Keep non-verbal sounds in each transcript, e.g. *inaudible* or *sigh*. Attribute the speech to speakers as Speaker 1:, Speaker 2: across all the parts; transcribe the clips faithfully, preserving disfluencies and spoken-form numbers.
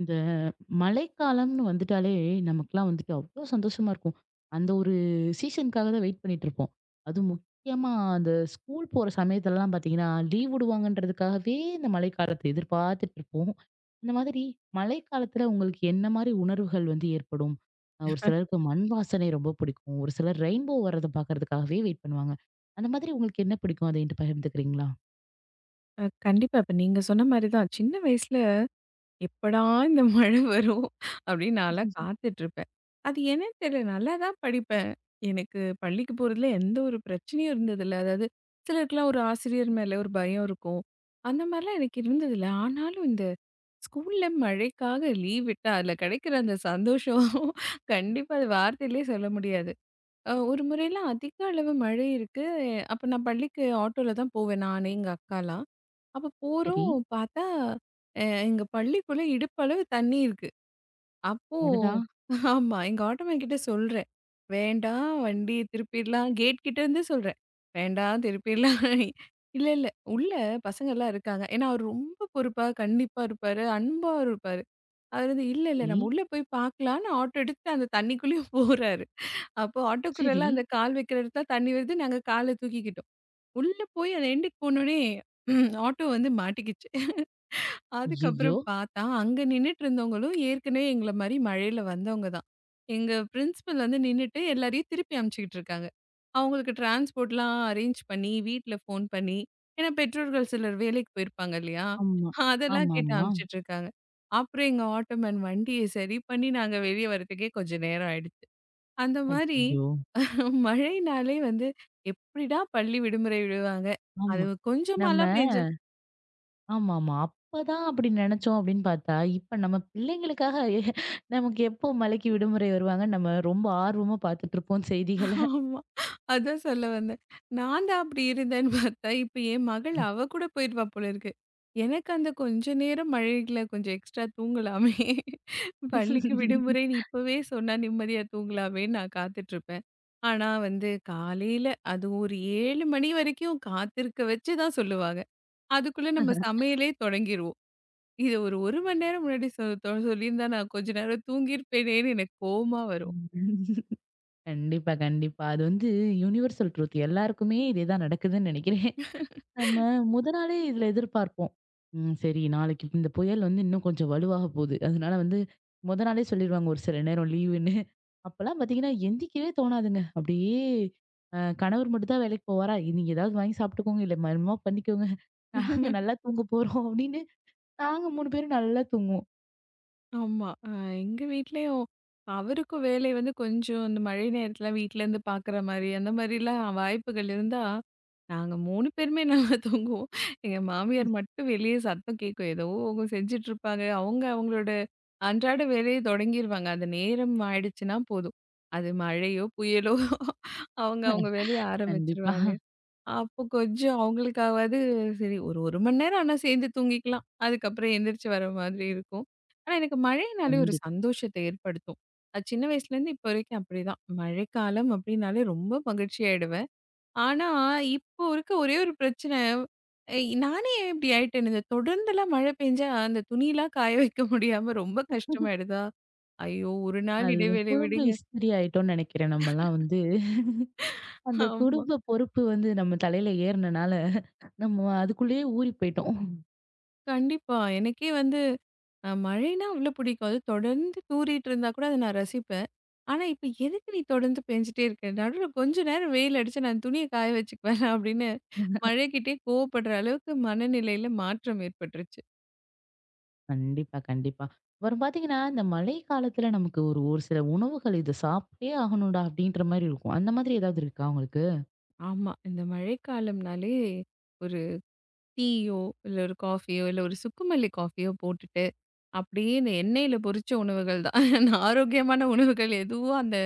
Speaker 1: இந்த மழைக்காலம்னு வந்துட்டாலே நமக்குலாம் வந்துட்டு அவ்வளோ சந்தோஷமா இருக்கும். அந்த ஒரு சீசனுக்காக தான் வெயிட் பண்ணிட்டு இருப்போம். அதுவும் முக்கியமா அந்த ஸ்கூல் போற சமயத்துலலாம் பார்த்தீங்கன்னா, லீவ் விடுவாங்கன்றதுக்காகவே இந்த மழைக்காலத்த எதிர்பார்த்துட்டு இருப்போம். இந்த மாதிரி மழைக்காலத்துல உங்களுக்கு என்ன மாரி உணர்வுகள் வந்து ஏற்படும்? அ ஒரு சிலருக்கு மண் வாசனை ரொம்ப பிடிக்கும். ஒரு சிலர் ரெயின்போ வர்றத பார்க்கறதுக்காகவே வெயிட் பண்ணுவாங்க. அந்த மாதிரி உங்களுக்கு என்ன பிடிக்கும்? அத என்ட்ட பகிர்ந்துக்கிறீங்களா?
Speaker 2: அ கண்டிப்பா. இப்ப நீங்க சொன்ன மாரி தான். சின்ன வயசுல எப்படா இந்த *laughs* மழை வரும் அப்படின்னு நான்லாம் காத்துட்ருப்பேன். அது என்னன்னு தெரியல. நல்லா தான் படிப்பேன். எனக்கு பள்ளிக்கு போறதுல எந்த ஒரு பிரச்சனையும் இருந்ததில்ல. அதாவது சிலருக்குலாம் ஒரு ஆசிரியர் மேல ஒரு பயம் இருக்கும். அந்த மாரிலாம் எனக்கு இருந்ததில்ல. ஆனாலும் இந்த ஸ்கூல்ல மழைக்காக லீவ் விட்டா அதில கிடைக்கிற அந்த சந்தோஷம் *laughs* கண்டிப்பா அது வார்த்தையிலே சொல்ல முடியாது. அ ஒரு முறைலாம் அதிக அளவு மழை இருக்கு. அப்ப நான் பள்ளிக்கு ஆட்டோல தான் போவேன். நானு, எங்க அக்காலாம். அப்ப
Speaker 1: சரி.
Speaker 2: போறோம் பார்த்தா, அ எங்க பள்ளிக்குள்ள இடுப்பளவு தண்ணி இருக்கு. அப்போ
Speaker 1: அடடா!
Speaker 2: ஆமா. எங்க ஆட்டோமேன் கிட்ட சொல்றேன். "வேண்டாம், வண்டிய திருப்பிடலாம்." கேட் கிட்ட இருந்தே சொல்றேன். "வேண்டாம், திருப்பிடலாம்." "இல்ல, இல்ல. உள்ள பசங்கலாம் இருக்காங்க." ஏன்னா அவரு ரொம்ப பொறுப்பா, கண்டிப்பா இருப்பாரு. அன்பா இருப்பாரு. அவரு வந்து, "இல்ல, இல்ல,
Speaker 1: சரி,
Speaker 2: நம்ம உள்ள போய் பார்க்கலாம்ன்னு" ஆட்டோ எடுத்துட்டு அந்த தண்ணிக்குள்ளேயும் போறாரு. அப்போ
Speaker 1: சரி.
Speaker 2: ஆட்டோக்குள்ளலாம் அந்த கால் வைக்கிற இடத்துல தண்ணி வருது. நாங்க கால தூக்கிக்கிட்டோம். உள்ள போய் அந்த எண்டுக்கு போனோனே ஆட்டோ வந்து மாட்டிக்கிச்சு. அதுக்கப்புறம்
Speaker 1: ஐய்யய்யோ!
Speaker 2: பார்த்தா, அங்க நின்னுட்டு இருந்தவங்களும் ஏற்கனவே எங்கள மாரி மழையில வந்தவங்க தான். எங்க பிரின்சிபல் வந்து நின்னுட்டு எல்லாரையும் திருப்பி அனுப்பிச்சுக்கிட்டு இருக்காங்க. அவங்களுக்கு டிரான்ஸ்போர்ட்லாம் அரேஞ்ச் பண்ணி, வீட்ல ஃபோன் பண்ணி ஏன்னா பெற்றோர்கள் சிலர் வேலைக்கு போயிருப்பாங்க இல்லையா?
Speaker 1: ஆமா.
Speaker 2: அதெல்லாம் கேட்டு
Speaker 1: ஆமாமா.
Speaker 2: அனுப்பிச்சுட்டு இருக்காங்க. அப்புறம் எங்க ஆட்டோமேன் வண்டிய சரி பண்ணி நாங்க வெளிய வரதுக்கே கொஞ்சம் நேரம் ஆயிடுச்சு. அந்த மாரி
Speaker 1: அய்யய்யோ!
Speaker 2: மழைனாலே வந்து எப்படிடா பள்ளி விடுமுறை விடுவாங்க? அது
Speaker 1: ஆமா.
Speaker 2: கொஞ்சம்
Speaker 1: நம்ம
Speaker 2: மழை பெஞ்சா
Speaker 1: ஆமாமா. அப்பதான் அப்படி நெனச்சோம் அப்படின்னு பார்த்தா, இப்ப நம்ம பிள்ளைங்களுக்காக எ- நமக்கு எப்போ மழைக்கு விடுமுறை வருவாங்கன்னு நம்ம ரொம்ப ஆர்வமா பார்த்துட்டுருப்போம் செய்திகள.
Speaker 2: ஆமா. அதான் சொல்ல வந்தேன். நான் தான் அப்படி இருந்தேன்னு பார்த்தா, இப்ப என் மகள் அவ கூட போயிருவா போல இருக்கு. எனக்கு அந்த கொஞ்ச நேரம் மழையில கொஞ்சம் எக்ஸ்ட்ரா தூங்கலாமே. பள்ளிக்கு விடுமுறைன்னு இப்பவே சொன்னா நிம்மதியா தூங்கலாமேன்னு நான் காத்துட்ருப்பேன். ஆனா வந்து காலையில அதுவும் ஒரு ஏழு மணி வரைக்கும் காத்திருக்க வச்சு தான் சொல்லுவாங்க. அதுக்குள்ள நம்ம சமையலே தொடங்கிருவோம். இது ஒரு 1 மணி நேரம் முன்னாடி சொ தொ சொல்லியிருந்தா நான் கொஞ்ச நேரம் தூங்கியிருப்பேனேன்னு எனக்கு கோவமா வரும்.
Speaker 1: கண்டிப்பா, கண்டிப்பா. அது வந்து யுனிவர்சல் ட்ரூத். எல்லாருக்குமே இதேதான் நடக்குதுன்னு நெனைக்கிறேன். நம்ம முத நாளே இதில எதிர்பார்ப்போம். ம். சரி, நாளைக்கு இந்த புயல் வந்து இன்னும் கொஞ்சம் வலுவாக போகுது. அதனால வந்து முத நாளே சொல்லிருவாங்க ஒரு சில நேரம் லீவுன்னு. அப்பலாம் பார்த்தீங்கன்னா, எந்திரிக்கவே தோணாதுங்க. அப்படியே அ கணவர் மட்டும் தான் வேலைக்கு போவாரா, "நீங்க ஏதாவது வாங்கி சாப்பிட்டுக்கோங்க, இல்ல என்னமோ பண்ணிக்கோங்க. நாங்க நல்லா தூங்க போறோம்" அப்படின்னு நாங்க மூணு பேரும் நல்லா தூங்குவோம்.
Speaker 2: ஆமா. அ எங்க வீட்லயும் அவருக்கும் வேலை வந்து கொஞ்சம் இந்த மழை நேரத்துல வீட்லருந்து பாக்குற மாரி, அந்த மாரிலாம் வாய்ப்புகள் இருந்தா, நாங்க மூணு பேருமே நல்லா தூங்குவோம். எங்க மாமியார் மட்டும் வெளிய சத்தம் கேட்கும். ஏதோ அவங்க செஞ்சுட்ருப்பாங்க. அவங்க அவங்களோட அன்றாட வேலைய தொடங்கிருவாங்க. அது நேரம் ஆயிடுச்சுன்னா போதும். அது மழையோ, புயலோ அவங்க அவங்க வேலைய
Speaker 1: கண்டிப்பா,
Speaker 2: ஆரம்பிச்சுருவாங்க. அப்போ கொஞ்சம் அவங்களுக்காவது சரி ஒரு 1 மணி நேரம் ஆனா சேர்ந்து தூங்கிக்கலாம். அதுக்கப்புறம் எந்திரிச்சு வர மாதிரி இருக்கும். ஆனா எனக்கு மழைனாலே ஒரு
Speaker 1: கண்டிப்பா.
Speaker 2: சந்தோஷத்த ஏற்படுத்தும். அது சின்ன வயசுலேருந்து இப்போ வரைக்கும் அப்படிதான். மழைக்காலம் அப்படின்னாலே ரொம்ப மகிழ்ச்சி ஆயிடுவேன். ஆனா இப்போ இருக்க ஒரே ஒரு பிரச்சனை, எ நானே ஏன் இப்படி ஆயிட்டேன்னு இந்த தொடர்ந்துலாம் மழை பெஞ்சா அந்த துணிலாம் காய வைக்க முடியாம ரொம்ப கஷ்டமாயிடுதா? ஐயோ! ஒரு நாள்
Speaker 1: அதுதான்
Speaker 2: இடைவேளை
Speaker 1: குடும்ப
Speaker 2: விடுங்க.
Speaker 1: இஸ்திரி ஆயிட்டோம்னு நெனைக்கிறேன் நம்மலாம் வந்து. அந்த
Speaker 2: ஆமா.
Speaker 1: குடும்ப பொறுப்பு வந்து நம்ம தலையில ஏறுனனால, நம்ம அதுக்குள்ளேயே ஊறி போயிட்டோம்.
Speaker 2: கண்டிப்பா. எனக்கே வந்து அ மழைன்னா அவ்ளோ பிடிக்கும். அது தொடர்ந்து தூறிட்டு இருந்தா கூட அத நான் ரசிப்பேன். ஆனா, இப்ப எதுக்கு நீ தொடர்ந்து பேஞ்சுட்டே இருக்க? நடுவுல கொஞ்ச நேரம் வெயில் அடிச்சா நான் துணிய காய வச்சுக்குவேன் *laughs* அப்படின்னு மழைக்கிட்டயே கோவப்படுற அளவுக்கு மனநிலையில மாற்றம் ஏற்பட்டுருச்சு.
Speaker 1: கண்டிப்பா, கண்டிப்பா. அப்புறம் பார்த்தீங்கன்னா, இந்த மழை காலத்துல நமக்கு ஒரு ஒரு சில உணவுகள், "இத சாப்பிட்டே ஆகணும்டா" அப்படின்ற மாரி இருக்கும். அந்த மாதிரி ஏதாவது இருக்கா உங்களுக்கு?
Speaker 2: ஆமா. இந்த மழைக்காலம்னாலே ஒரு டீயோ, இல்ல ஒரு காஃபியோ, இல்ல ஒரு சுக்குமல்லி காஃபியோ போட்டுட்டு, அப்படியே இந்த எண்ணெயில பொரிச்ச உணவுகள் தான். *laughs* ஆரோக்கியமான உணவுகள் எதுவும் அந்த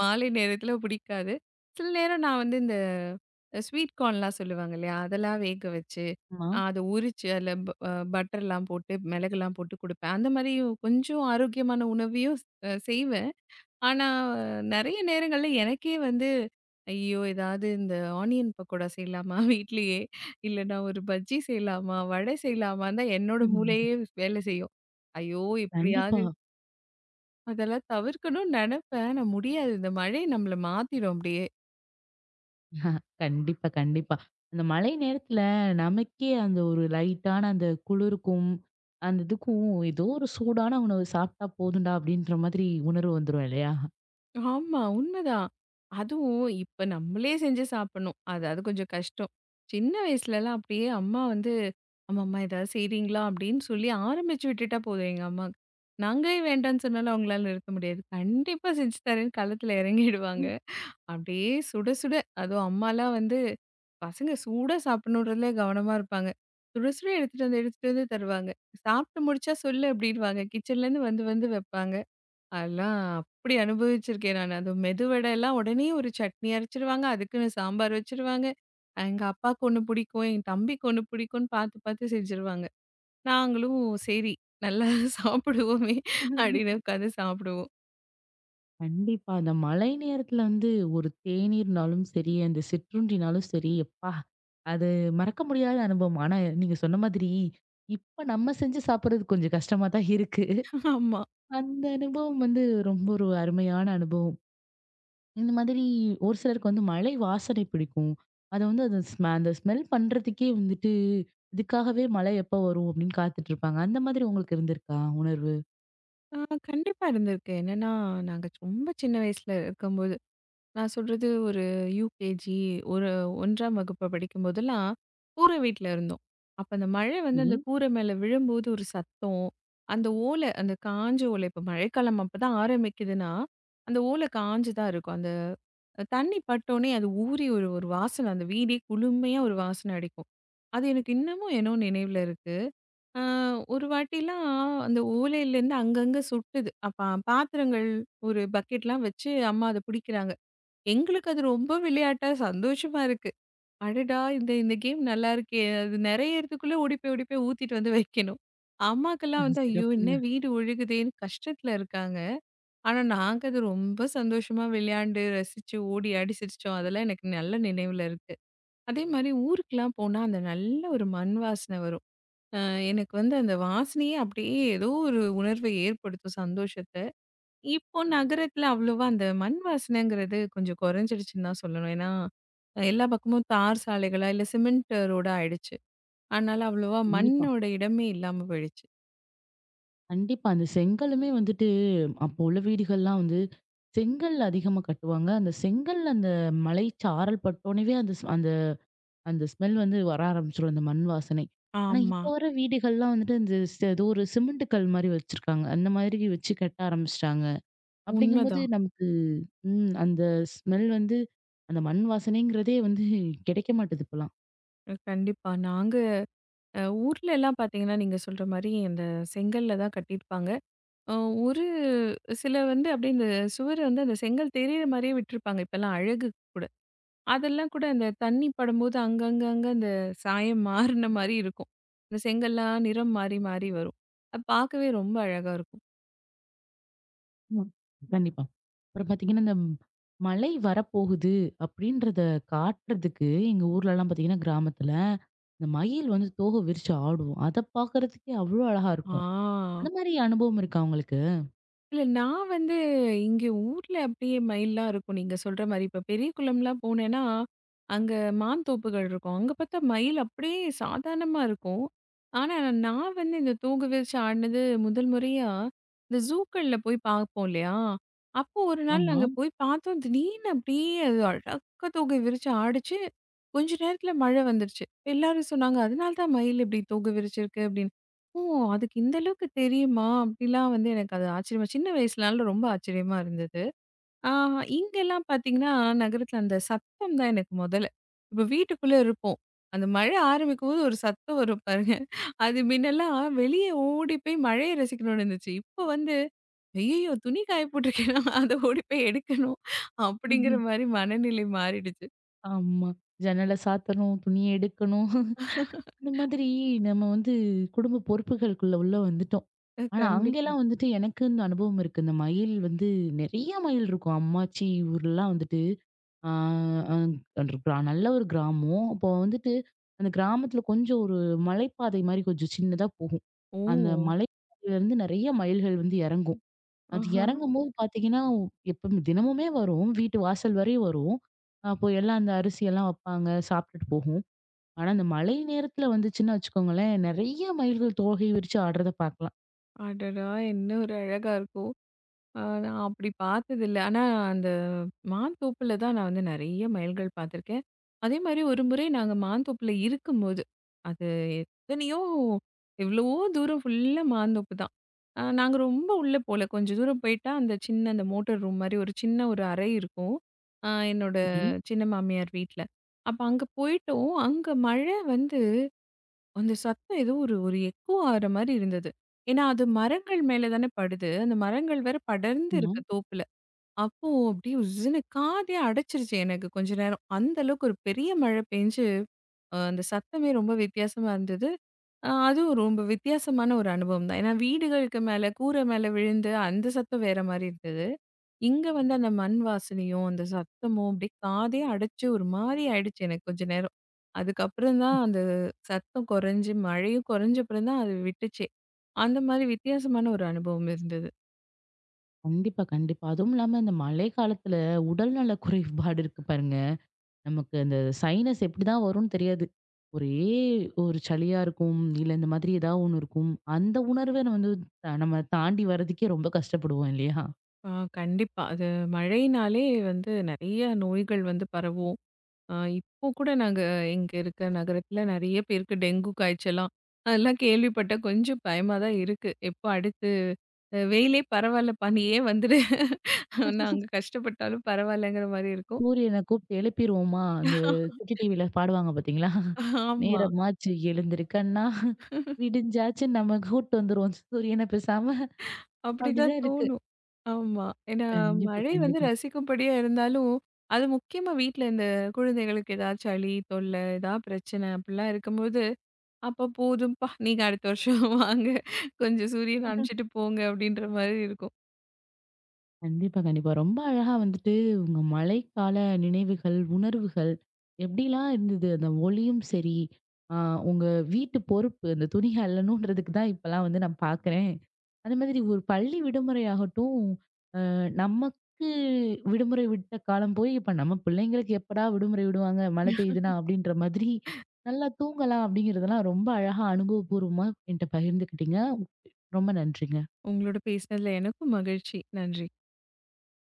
Speaker 2: மாலை நேரத்தில பிடிக்காது. சில நேரம் நான் வந்து இந்த ஸ்வீட் கார்ன்லாம் சொல்லுவாங்க இல்லையா? அதெல்லாம் வேக வச்சு,
Speaker 1: ஆமா.
Speaker 2: அத உரிச்சு அதில ப பட்டர்லாம் போட்டு, மிளகுலாம் போட்டு குடுப்பேன். அந்த மாரி கொஞ்சம் ஆரோக்கியமான உணவையும் அ செய்வேன். ஆனா நெறைய நேரங்கள்ல எனக்கே வந்து, ஐயோ! ஏதாவது இந்த ஆனியன் பக்கோடா செய்யலாமா *laughs* வீட்லயே? இல்லன்னா ஒரு பஜ்ஜி செய்யலாமா? வடை செய்யலாமான்னு தான் என்னோட மூளையே வேலை செய்யும். ஐயோ! எப்படியாவது
Speaker 1: கண்டிப்பா.
Speaker 2: அதெல்லாம் தவிர்க்கணும்னு நெனப்பேன். ஆனா முடியாது. இந்த மழை நம்மள மாத்திரும் அப்படியே.
Speaker 1: கண்டிப்பா, கண்டிப்பா. அந்த மழை நேரத்துல நமக்கே அந்த ஒரு லைட்டான அந்த குளிருக்கும், அந்த இதுக்கும் ஏதோ ஒரு சூடான உணவு சாப்பிட்டா போதும்டா அப்படின்ற மாதிரி உணர்வு வந்துரும் இல்லையா?
Speaker 2: ஆமா. உண்மதான். அதுவும் இப்ப நம்மளே செஞ்சு சாப்பிடணும். அது அது கொஞ்சம் கஷ்டம். சின்ன வயசுலலாம் அப்படியே அம்மா வந்து, "அம்மம்மா ஏதாவது செய்றீங்களா?" அப்படின்னு சொல்லி ஆரம்பிச்சு விட்டுட்டா போதும் எங்க அம்மாக்கு. நாங்களே வேண்டான்னு சொன்னாலும் அவங்களால நிறுத்த முடியாது. கண்டிப்பா செஞ்சு தரேன்னு களத்துல இறங்கிடுவாங்க. அப்படியே சுட சுட அதுவும் அம்மாலாம் வந்து பசங்க சூடா சாப்பிடணுன்றதுல கவனமா இருப்பாங்க. சுட சுட எடுத்துட்டு வந்து எடுத்துட்டு வந்து தருவாங்க. "சாப்பிட்டு முடிச்சா சொல்லு" அப்படின்னுவாங்க. கிச்சன்லேருந்து வந்து வந்து வைப்பாங்க. அதெல்லாம் அப்படி அனுபவிச்சிருக்கேன் நான். அது மெதுவடைலாம் உடனே ஒரு சட்னி அரைச்சிருவாங்க. அதுக்குன்னு சாம்பார் வச்சுருவாங்க. எங்க அப்பாவுக்கு ஒண்ணு பிடிக்கும், என் தம்பிக்கு ஒண்ணு பிடிக்கும்னு பார்த்து பார்த்து செஞ்சுருவாங்க. நாங்களும் சரி நல்லா *laughs* சாப்பிடுவோமே அப்படின்னு உட்காந்து சாப்பிடுவோம்.
Speaker 1: கண்டிப்பா. அந்த மழை நேரத்துல வந்து ஒரு தேநீர்னாலும் சரி, அந்த சிற்றுண்டினாலும் சரி, எப்பா! அது மறக்க முடியாத அனுபவம். ஆனா நீங்க சொன்ன மாதிரி, இப்ப நம்ம செஞ்சு சாப்பிடுறது கொஞ்சம் கஷ்டமா தான் இருக்கு.
Speaker 2: ஆமா.
Speaker 1: அந்த அனுபவம் வந்து ரொம்ப ஒரு அருமையான அனுபவம். இந்த மாதிரி ஒரு சிலருக்கு வந்து மலை வாசனை பிடிக்கும். அத வந்து அது ஸ்மெ அந்த ஸ்மெல் பண்றதுக்கே வந்துட்டு, இதுக்காகவே மழை எப்ப வரும் அப்படின்னு காத்துட்டு இருப்பாங்க. அந்த மாதிரி உங்களுக்கு இருந்திருக்கா உணர்வு?
Speaker 2: அ கண்டிப்பா இருந்திருக்கு. என்னன்னா, நாங்க ரொம்ப சின்ன வயசுல இருக்கும்போது நான் சொல்றது ஒரு யூகேஜி, ஒரு ஒன்றாம் வகுப்பு படிக்கும்போதெல்லாம், கூரை வீட்ல இருந்தோம். அப்ப அந்த மழை வந்து
Speaker 1: சரி.
Speaker 2: அந்த கூரை மேல விழும்போது ஒரு சத்தம், அந்த ஓலை, அந்த காஞ்ச ஓலை இப்ப மழைக்காலம் அப்பதான் ஆரம்பிக்குதுன்னா, அந்த ஓலை காஞ்சு தான் இருக்கும். அந்த தண்ணி பட்டோனே அது ஊறி ஒரு ஒரு வாசனை, அந்த வீடே குளுமையா ஒரு வாசனை அடிக்கும். அது எனக்கு இன்னமும் என்னோ நினைவுல இருக்கு. அ ஒரு வாட்டிலாம் அந்த ஓலையிலேருந்து அங்கங்க சுட்டுது. அப்ப பாத்திரங்கள் ஒரு பக்கெட்லாம் வச்சு அம்மா அத புடிக்கிறாங்க. எங்களுக்கு அது ரொம்ப விளையாட்டா சந்தோஷமா இருக்கு. அடடா! இந்த இந்த கேம் நல்லா இருக்கே! அது நெறையறதுக்குள்ள ஓடி போய் ஓடி போய் ஊத்திட்டு வந்து வைக்கணும். அம்மாக்கெல்லாம்
Speaker 1: அது
Speaker 2: வந்து ஐயோ! என்ன
Speaker 1: சிறப்புங்க.
Speaker 2: வீடு ஒழுகுதேன்னு கஷ்டத்துல இருக்காங்க. ஆனா நாங்க அது ரொம்ப சந்தோஷமா விளையாண்டு, ரசிச்சு, ஓடி ஆடி சிரிச்சோம். அதெல்லாம் எனக்கு நல்ல நினைவுல இருக்கு. அதே மாரி ஊருக்குலாம் போனா அந்த நல்ல ஒரு மண் வாசனை வரும். அ எனக்கு வந்து அந்த வாசனையே அப்படியே ஏதோ ஒரு உணர்வை ஏற்படுத்தும் சந்தோஷத்த. இப்போ நகரத்துல அவ்வளவா அந்த மண் வாசனைங்கிறது கொஞ்சம் குறைஞ்சிடுச்சுன்னு தான் சொல்லணும். ஏன்னா, அஹ் எல்லா பக்கமும் தார் சாலைகளா, இல்ல சிமெண்ட் ரோடா ஆயிடுச்சு. அதனால அவ்வளவா
Speaker 1: கண்டிப்பா.
Speaker 2: மண்ணோட இடமே இல்லாம போயிடுச்சு.
Speaker 1: கண்டிப்பா. அந்த செங்கலுமே வந்துட்டு அப்போ உள்ள வீடுகள்லாம் வந்து செங்கல் அதிகமா கட்டுவாங்க. அந்த செங்கல் அந்த மலை சாரல் பட்டோனவே அந்த ஸ் அந்த அந்த ஸ்மெல் வந்து வர ஆரம்பிச்சுரும். அந்த மண் வாசனை. ஆனா
Speaker 2: ஆமா.
Speaker 1: இப்போ வர வீடுகள்லாம் வந்துட்டு இந்த ஸ் ஏதோ ஒரு சிமெண்ட் கல் மாரி வச்சிருக்காங்க. அந்த மாதிரி வச்சு கட்ட ஆரம்பிச்சுட்டாங்க. அப்படிங்கும்போது
Speaker 2: உண்மதான்.
Speaker 1: நமக்கு ம், அந்த ஸ்மெல் வந்து அந்த மண் வாசனைங்கிறதே வந்து கிடைக்க மாட்டுது இப்பலாம்.
Speaker 2: அ கண்டிப்பா. நாங்க அ ஊர்லலாம் பார்த்தீங்கன்னா, நீங்க சொல்ற மாரி அந்த செங்கல்ல தான் கட்டியிருப்பாங்க. அ ஒரு சில வந்து அப்படியே இந்த சுவர வந்து அந்த செங்கல் தெரியிற மாரியே விட்டுருப்பாங்க. இப்பலாம் அழகு கூட. அதெல்லாம் கூட அந்த தண்ணி படும்போது அங்கங்க அங்க அந்த சாயம் மாறுன மாரி இருக்கும். இந்த செங்கல்லாம் நிறம் மாறி மாறி வரும். அது பார்க்கவே ரொம்ப அழகா இருக்கும்.
Speaker 1: ஆமா. கண்டிப்பா. அப்புறம் பார்த்தீங்கன்னா, இந்த மழை வரப்போகுது அப்படின்றத காட்டுறதுக்கு எங்க ஊர்லலாம் பார்த்தீங்கன்னா, கிராமத்துல இந்த மயில் வந்து தோகை விரிச்சு ஆடும். அத பார்க்கறதுக்கே அவ்வளோ அழகா இருக்கும்.
Speaker 2: ஆ.
Speaker 1: அந்த மாரி அனுபவம் இருக்கா உங்களுக்கு?
Speaker 2: இல்ல நான் வந்து இங்க ஊர்ல அப்படியே மயில்லாம் இருக்கும். நீங்க சொல்ற மாரி. இப்ப பெரிய குளம்லாம் போனேன்னா, அங்க மாந்தோப்புகள் இருக்கும். அங்க பார்த்தா மயில் அப்படியே சாதாரணமா இருக்கும். ஆனா, நான் வந்து இந்த தூக்கு விரிச்சு ஆடுனது முதல் முறையா, இந்த ஜூக்கள்ல போய் பார்ப்போம் இல்லையா? அப்போ ஒரு நாள்
Speaker 1: ஆமா.
Speaker 2: நாங்க போய் பார்த்தோம். திடீர்னு அப்படியே அது அழகா தூக்கு விரிச்சு ஆடுச்சு. கொஞ்ச நேரத்துல மழை வந்துருச்சு. எல்லாரும் சொன்னாங்க, "அதனால தான் மயில் இப்படி தூக்கு விரிச்சிருக்கு" அப்படின்னு. ஓ! அதுக்கு இந்த அளவுக்கு தெரியுமா? அப்படிலாம் வந்து எனக்கு அது ஆச்சரியமா சின்ன வயசுனால ரொம்ப ஆச்சரியமா இருந்தது. ஆ இங்கெல்லாம் பார்த்தீங்கன்னா, நகரத்தில அந்த சத்தம் தான் எனக்கு மொதல்ல. இப்போ வீட்டுக்குள்ள இருப்போம். அந்த மழை ஆரம்பிக்கும்போது ஒரு சத்தம் வரும் பாருங்க. அது முன்னெல்லாம் வெளியே ஓடி போய் மழைய ரசிக்கணும்னு இருந்துச்சு. இப்போ வந்து, "ஐயய்யோ! துணி காய போட்டுருக்கேனா, அத *laughs* ஓடி போய் எடுக்கணும்." அப்படிங்கிற
Speaker 1: *laughs*
Speaker 2: மாரி மனநிலை மாறிடுச்சு.
Speaker 1: ஆமா. ஜன்னல சாத்தணும், துணிய எடுக்கணும். அந்த மாதிரி நம்ம வந்து குடும்ப பொறுப்புகளுக்குள்ள உள்ள வந்துட்டோம்.
Speaker 2: அ
Speaker 1: ஆனா,
Speaker 2: கண்டிப்பா.
Speaker 1: அங்கேலாம் வந்துட்டு எனக்குன்னு அனுபவம் இருக்கு. இந்த மயில் வந்து நெறைய மயில் இருக்கும். அம்மாச்சி ஊர்லலாம் வந்துட்டு ஆ அங் அன்று கிரா நல்ல ஒரு கிராமம். அப்போ வந்துட்டு அந்த கிராமத்துல கொஞ்சம் ஒரு மலைப்பாதை மாரி கொஞ்சம் சின்னதா போகும்.
Speaker 2: ஓ!
Speaker 1: அந்த மலைப்பாதையிலேருந்து நெறைய மயில்கள் வந்து இறங்கும். அது
Speaker 2: ஆஹா!
Speaker 1: இறங்கும்போது பார்த்தீங்கன்னா, எப்பவுமே தினமுமே வரும். வீட்டு வாசல் வரையும் வரும். அப்போ எல்லாம் அந்த அரிசியெல்லாம் வப்பாங்க, சாப்பிட்டுட்டு போகும். ஆனா, அந்த மழை நேரத்துல வந்துச்சுன்னு வச்சுக்கோங்களேன், நெறைய மயில்கள் தோகை விரிச்சு ஆடுறத பார்க்கலாம்.
Speaker 2: அடடா! என்ன ஒரு அழகா இருக்கும். ஆ நான் அப்படி பார்த்ததில்ல. ஆனா, அந்த மாந்தோப்புல தான் நான் வந்து நெறைய மயில்கள் பார்த்துருக்கேன். அதே மாரி ஒரு முறை நாங்க மாந்தோப்புல இருக்கும்போது, அது எத்தனையோ எவ்வளவோ தூரம் ஃபுல்லா மாந்தோப்பு தான். அ நாங்க ரொம்ப உள்ள போல. கொஞ்சம் தூரம் போயிட்டா, அந்த சின்ன அந்த மோட்டர் ரூம் மாரி ஒரு சின்ன ஒரு அறை இருக்கும். அ என்னோட
Speaker 1: சரி.
Speaker 2: சின்ன மாமியார் வீட்ல. அப்ப அங்க போயிட்டோம். அங்க மழை வந்து அந்த சத்தம் ஏதோ ஒரு ஒரு எக்கோ ஆற மாரி இருந்தது. ஏன்னா, அது மரங்கள் மேல தானே படுது. அந்த மரங்கள் வேற படர்ந்து
Speaker 1: ஆமா.
Speaker 2: இருக்கு தோப்புல. அப்போ அப்படியே உஸ்ஸுன்னு காதே அடைச்சிருச்சு எனக்கு கொஞ்ச நேரம். அந்த அளவுக்கு ஒரு பெரிய மழை பெஞ்சு, அ அந்த சத்தமே ரொம்ப வித்தியாசமா இருந்தது. அ அதுவும் ரொம்ப வித்தியாசமான ஒரு அனுபவம் தான். ஏன்னா வீடுகளுக்கு மேல, கூரை மேல விழுந்து அந்த சத்தம் வேற மாரி இருந்தது. இங்க வந்து அந்த மண் வாசனையும், அந்த சத்தமும் அப்படியே காதே அடைச்சு ஒரு மாரி ஆயிடுச்சு எனக்கு கொஞ்ச நேரம். அதுக்கப்புறம் தான் அந்த சத்தம் குறைஞ்சு, மழையும் குறைஞ்ச அப்புறம் தான் அது விட்டுச்சே. அந்த மாரி வித்தியாசமான ஒரு அனுபவம் இருந்தது.
Speaker 1: கண்டிப்பா, கண்டிப்பா. அதுவும் இல்லாம இந்த மழை காலத்துல உடல்நல குறைபாடு இருக்கு பாருங்க. நமக்கு அந்த சைனஸ் எப்படிதான் வரும்னு தெரியாது. ஒரே ஒரு சளியா இருக்கும். இல்ல இந்த மாதிரி ஏதாவது ஒண்ணு இருக்கும். அந்த உணர்வே நம்ம வந்து த நம்ம தாண்டி வர்றதுக்கே ரொம்ப கஷ்டப்படுவோம் இல்லையா?
Speaker 2: ஆ கண்டிப்பா. அது மழையினாலே வந்து நெறைய நோய்கள் வந்து பரவும். அ இப்போ கூட நாங்க இங்க இருக்க நகரத்துல நெறைய பேருக்கு டெங்கு காய்ச்சலாம், அதெல்லாம் கேள்விப்பட்டா கொஞ்சம் பயமா தான் இருக்கு. எப்போ அடுத்து அ வெயிலே பரவாயில்ல, பனியே வந்துரு நாங்க கஷ்டப்பட்டாலும் பரவாயில்லங்கிற மாரி இருக்கும்.
Speaker 1: சூரியன கூப்பிட்டு எழுப்பிருவோமா? அந்த சுட்டி டிவில பாடுவாங்க பார்த்தீங்களா?
Speaker 2: ஆமா.
Speaker 1: "நேரமாச்சு எழுந்திரு கண்ணா" விடிஞ்சாச்சு நம்ம கூட்டு வந்துருவோம் சூரியன பேசாம.
Speaker 2: அப்படிதான்
Speaker 1: அப்படிதான் இருக்கு.
Speaker 2: தோணும். ஆமா. ஏன்னா
Speaker 1: கண்டிப்பா,
Speaker 2: மழை வந்து
Speaker 1: கண்டிப்பா.
Speaker 2: ரசிக்கும்படியா இருந்தாலும், அது முக்கியமா வீட்ல இந்த குழந்தைகளுக்கு ஏதாவது சளி, தொல்ல, ஏதாவது பிரச்சனை அப்படிலாம் இருக்கும்போது, அப்ப போதும்ப்பா நீங்க அடுத்த வருஷம் *laughs* வாங்க. கொஞ்சம் சூரியன் அனுப்பிச்சுட்டு போங்க அப்படின்ற மாரி இருக்கும்.
Speaker 1: கண்டிப்பா, கண்டிப்பா. ரொம்ப அழகா வந்துட்டு உங்க மழைக்கால நினைவுகள், உணர்வுகள் எப்படிலாம் இருந்தது? அந்த ஒளியும் சரி, ஆ உங்க வீட்டு பொறுப்பு அந்த துணி அலணுன்றதுக்கு தான் இப்பலாம் வந்து நான் பார்க்குறேன். அது மாதிரி ஒரு பள்ளி விடுமுறையாகட்டும் நமக்கு விடுமுறை விட்ட காலம் போய், இப்ப நம்ம பிள்ளைங்களுக்கு எப்படா விடுமுறை விடுவாங்க? மழை பெய்யுதுன்னா அப்படின்ற மாதிரி, நல்லா தூங்கலாம் அப்படிங்கிறதெல்லாம் ரொம்ப அழகா அனுபவபூர்வமா என்ட்ட பகிர்ந்துக்கிட்டீங்க. ரொம்ப நன்றிங்க.
Speaker 2: உங்களோட பேசினதுல எனக்கும் மகிழ்ச்சி. நன்றி.